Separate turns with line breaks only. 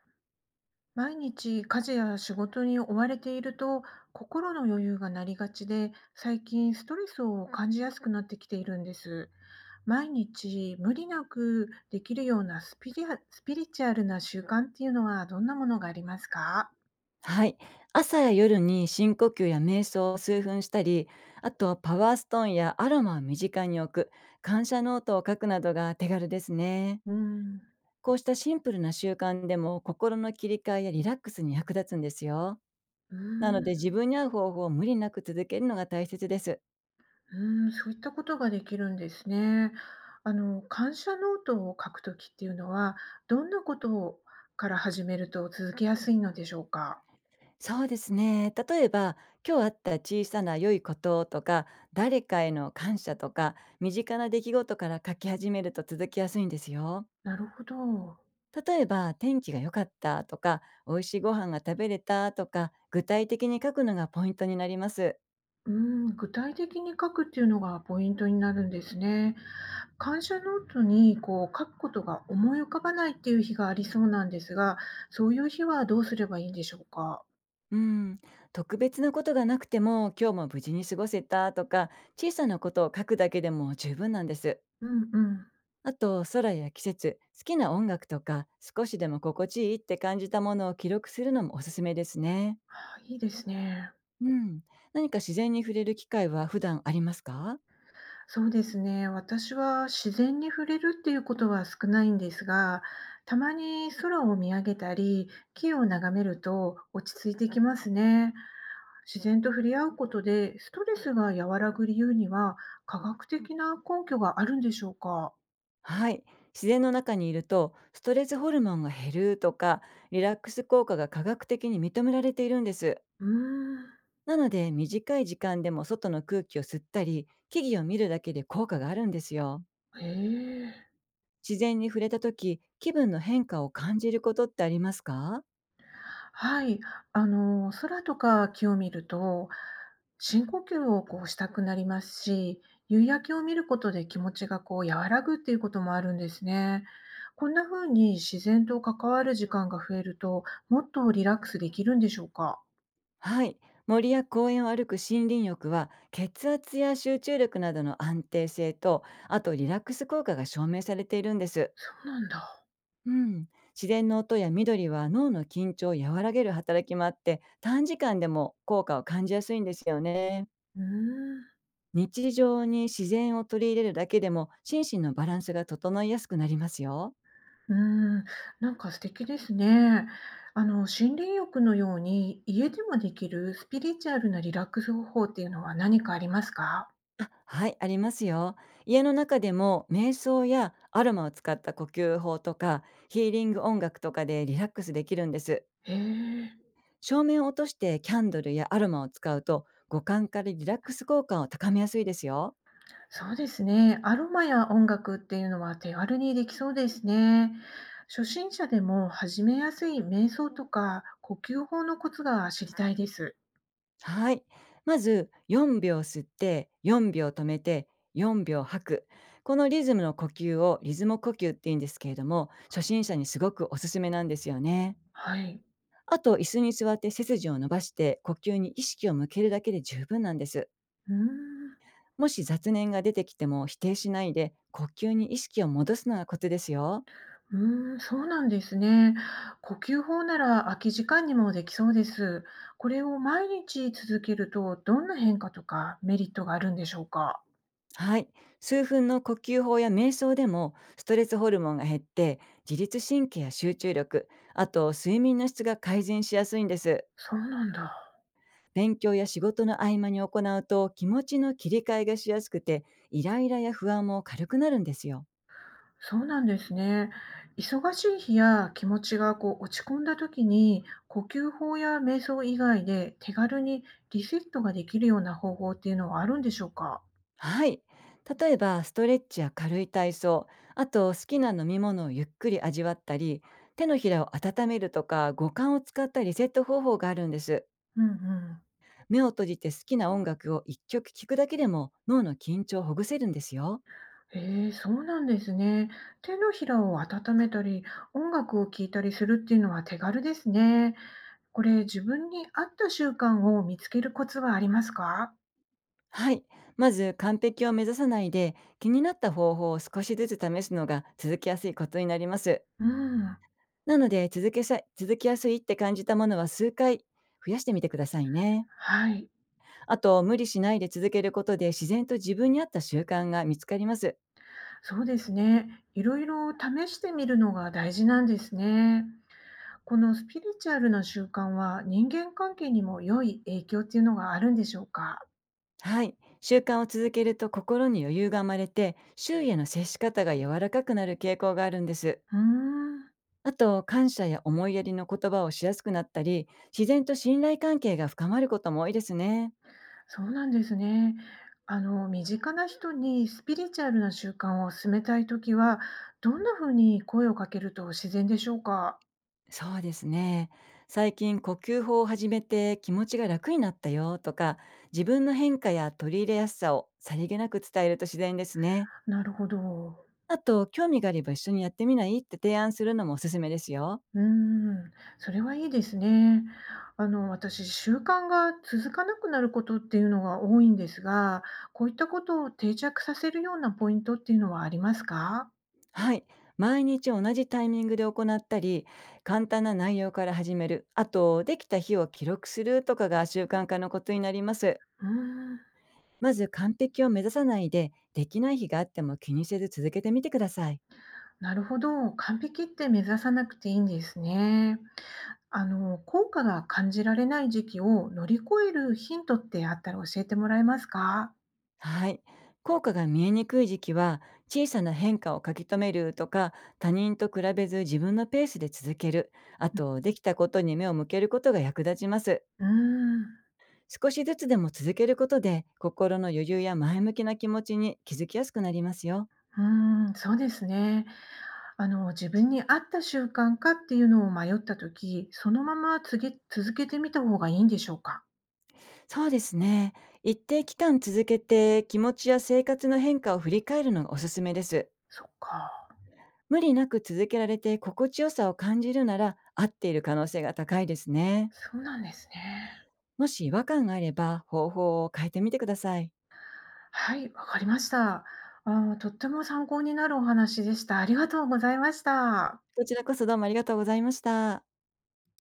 毎日家事や仕事に追われていると心の余裕がなりがちで、最近ストレスを感じやすくなってきているんです。毎日無理なくできるようなスピリチュアルな習慣っていうのはどんなものがありますか？
はい。朝や夜に深呼吸や瞑想を数分したり、あとはパワーストーンやアロマを身近に置く、感謝ノートを書くなどが手軽ですね。
うーん、
こうしたシンプルな習慣でも心の切り替えやリラックスに役立つんですよ。
う
なので、
ん、
自分に合う方法を無理なく続けるのが大切です。
うん、そういったことができるんですね。あの、感謝ノートを書くときっていうのはどんなことから始めると続けやすいのでしょうか？
そうですね。例えば、今日あった小さな良いこととか、誰かへの感謝とか、身近な出来事から書き始めると続きやすいんですよ。
なるほど。
例えば、天気が良かったとか、美味しいご飯が食べれたとか、具体的に書くのがポイントになります。
うーん、具体的に書くっていうのがポイントになるんですね。感謝ノートにこう書くことが思い浮かばないっていう日がありそうなんですが、そういう日はどうすればいいんでしょうか？
うん、特別なことがなくても今日も無事に過ごせたとか、小さなことを書くだけでも十分なんです。
うんうん。
あと、空や季節、好きな音楽とか、少しでも心地いいって感じたものを記録するのもおすすめですね。
あ、いいですね。
うん、何か自然に触れる機会は普段ありますか？
そうですね。私は自然に触れるっていうことは少ないんですが、たまに空を見上げたり、木を眺めると落ち着いてきますね。自然と触れ合うことでストレスが和らぐ理由には科学的な根拠があるんでしょうか？
はい。自然の中にいると、ストレスホルモンが減るとか、リラックス効果が科学的に認められているんです。
うーん。
なので、短い時間でも外の空気を吸ったり、木々を見るだけで効果があるんですよ。
へえ。
自然に触れた時、気分の変化を感じることってありますか？
はい。あの、空とか木を見ると、深呼吸をこうしたくなりますし、夕焼けを見ることで気持ちがこう和らぐっていうこともあるんですね。こんな風に自然と関わる時間が増えると、もっとリラックスできるんでしょうか？
はい。森や公園を歩く森林浴は、血圧や集中力などの安定性と、あとリラックス効果が証明されているんです。
そうなんだ。
うん、自然の音や緑は脳の緊張を和らげる働きもあって、短時間でも効果を感じやすいんですよね。
うーん。
日常に自然を取り入れるだけでも心身のバランスが整いやすくなりますよ。
うーん、なんか素敵ですね。あの、森林浴のように、家でもできるスピリチュアルなリラックス方法っていうのは何かありますか？
あ、はい、ありますよ。家の中でも瞑想やアロマを使った呼吸法とか、ヒーリング音楽とかでリラックスできるんです。
へえ、
照明を落としてキャンドルやアロマを使うと、五感からリラックス効果を高めやすいですよ。
そうですね。アロマや音楽っていうのは手軽にできそうですね。初心者でも始めやすい瞑想とか呼吸法のコツが知りたいです。
はい。まず4秒吸って、4秒止めて、4秒吐く。このリズムの呼吸をリズム呼吸って言うんですけれども、初心者にすごくおすすめなんですよね。
はい。
あと、椅子に座って背筋を伸ばして、呼吸に意識を向けるだけで十分なんです。
うーん。
もし雑念が出てきても、否定しないで呼吸に意識を戻すのがコツですよ。
うーん、そうなんですね。呼吸法なら空き時間にもできそうです。これを毎日続けると、どんな変化とかメリットがあるんでしょうか？
はい。数分の呼吸法や瞑想でもストレスホルモンが減って、自律神経や集中力、あと睡眠の質が改善しやすいんです。
そうなんだ。
勉強や仕事の合間に行うと気持ちの切り替えがしやすくて、イライラや不安も軽くなるんですよ。
そうなんですね。忙しい日や気持ちがこう落ち込んだ時に、呼吸法や瞑想以外で手軽にリセットができるような方法っていうのはあるんでしょうか？
はい。例えばストレッチや軽い体操、あと好きな飲み物をゆっくり味わったり、手のひらを温めるとか、五感を使ったリセット方法があるんです。
うんうん。
目を閉じて好きな音楽を一曲聴くだけでも、脳の緊張をほぐせるんですよ。
へえ、そうなんですね。手のひらを温めたり、音楽を聴いたりするっていうのは手軽ですね。これ、自分に合った習慣を見つけるコツはありますか？
はい。まず完璧を目指さないで、気になった方法を少しずつ試すのが続きやすいことになります。
うん。
なので、続けさ続きやすいって感じたものは数回増やしてみてくださいね。
はい。
あと、無理しないで続けることで、自然と自分に合った習慣が見つかります。
そうですね。いろいろ試してみるのが大事なんですね。このスピリチュアルな習慣は人間関係にも良い影響っていうのがあるんでしょうか？
はい。習慣を続けると心に余裕が生まれて、周囲への接し方が柔らかくなる傾向があるんです。
うーん。
あと、感謝や思いやりの言葉をしやすくなったり、自然と信頼関係が深まることも多いですね。
そうなんですね。あの、身近な人にスピリチュアルな習慣を勧めたいときは、どんなふうに声をかけると自然でしょうか？
そうですね。最近呼吸法を始めて気持ちが楽になったよとか、自分の変化や取り入れやすさをさりげなく伝えると自然ですね。
なるほど。
あと、興味があれば一緒にやってみないって提案するのもおすすめですよ。
うーん、それはいいですね。あの、私、習慣が続かなくなることっていうのが多いんですが、こういったことを定着させるようなポイントっていうのはありますか？
はい。毎日同じタイミングで行ったり、簡単な内容から始める。あと、できた日を記録するとかが習慣化のコツになります。
うーん、
まず完璧を目指さないで、できない日があっても気にせず続けてみてください。
なるほど。完璧って目指さなくていいんですね。あの、効果が感じられない時期を乗り越えるヒントってあったら教えてもらえますか？
はい。効果が見えにくい時期は、小さな変化を書き留めるとか、他人と比べず自分のペースで続ける、あと、できたことに目を向けることが役立ちます。
うーん、う
少しずつでも続けることで、心の余裕や前向きな気持ちに気づきやすくなりますよ。
ーん、そうですね。あの、自分に合った習慣かっていうのを迷った時、そのままつげ続けてみた方がいいんでしょうか？
そうですね。一定期間続けて、気持ちや生活の変化を振り返るのがおすすめです。
そっか、
無理なく続けられて心地よさを感じるなら、合っている可能性が高いですね。
そうなんですね。
もし違和感があれば、方法を変えてみてください。
はい、わかりました。あー、とっても参考になるお話でした。ありがとうございました。
こちらこそ、どうもありがとうございました。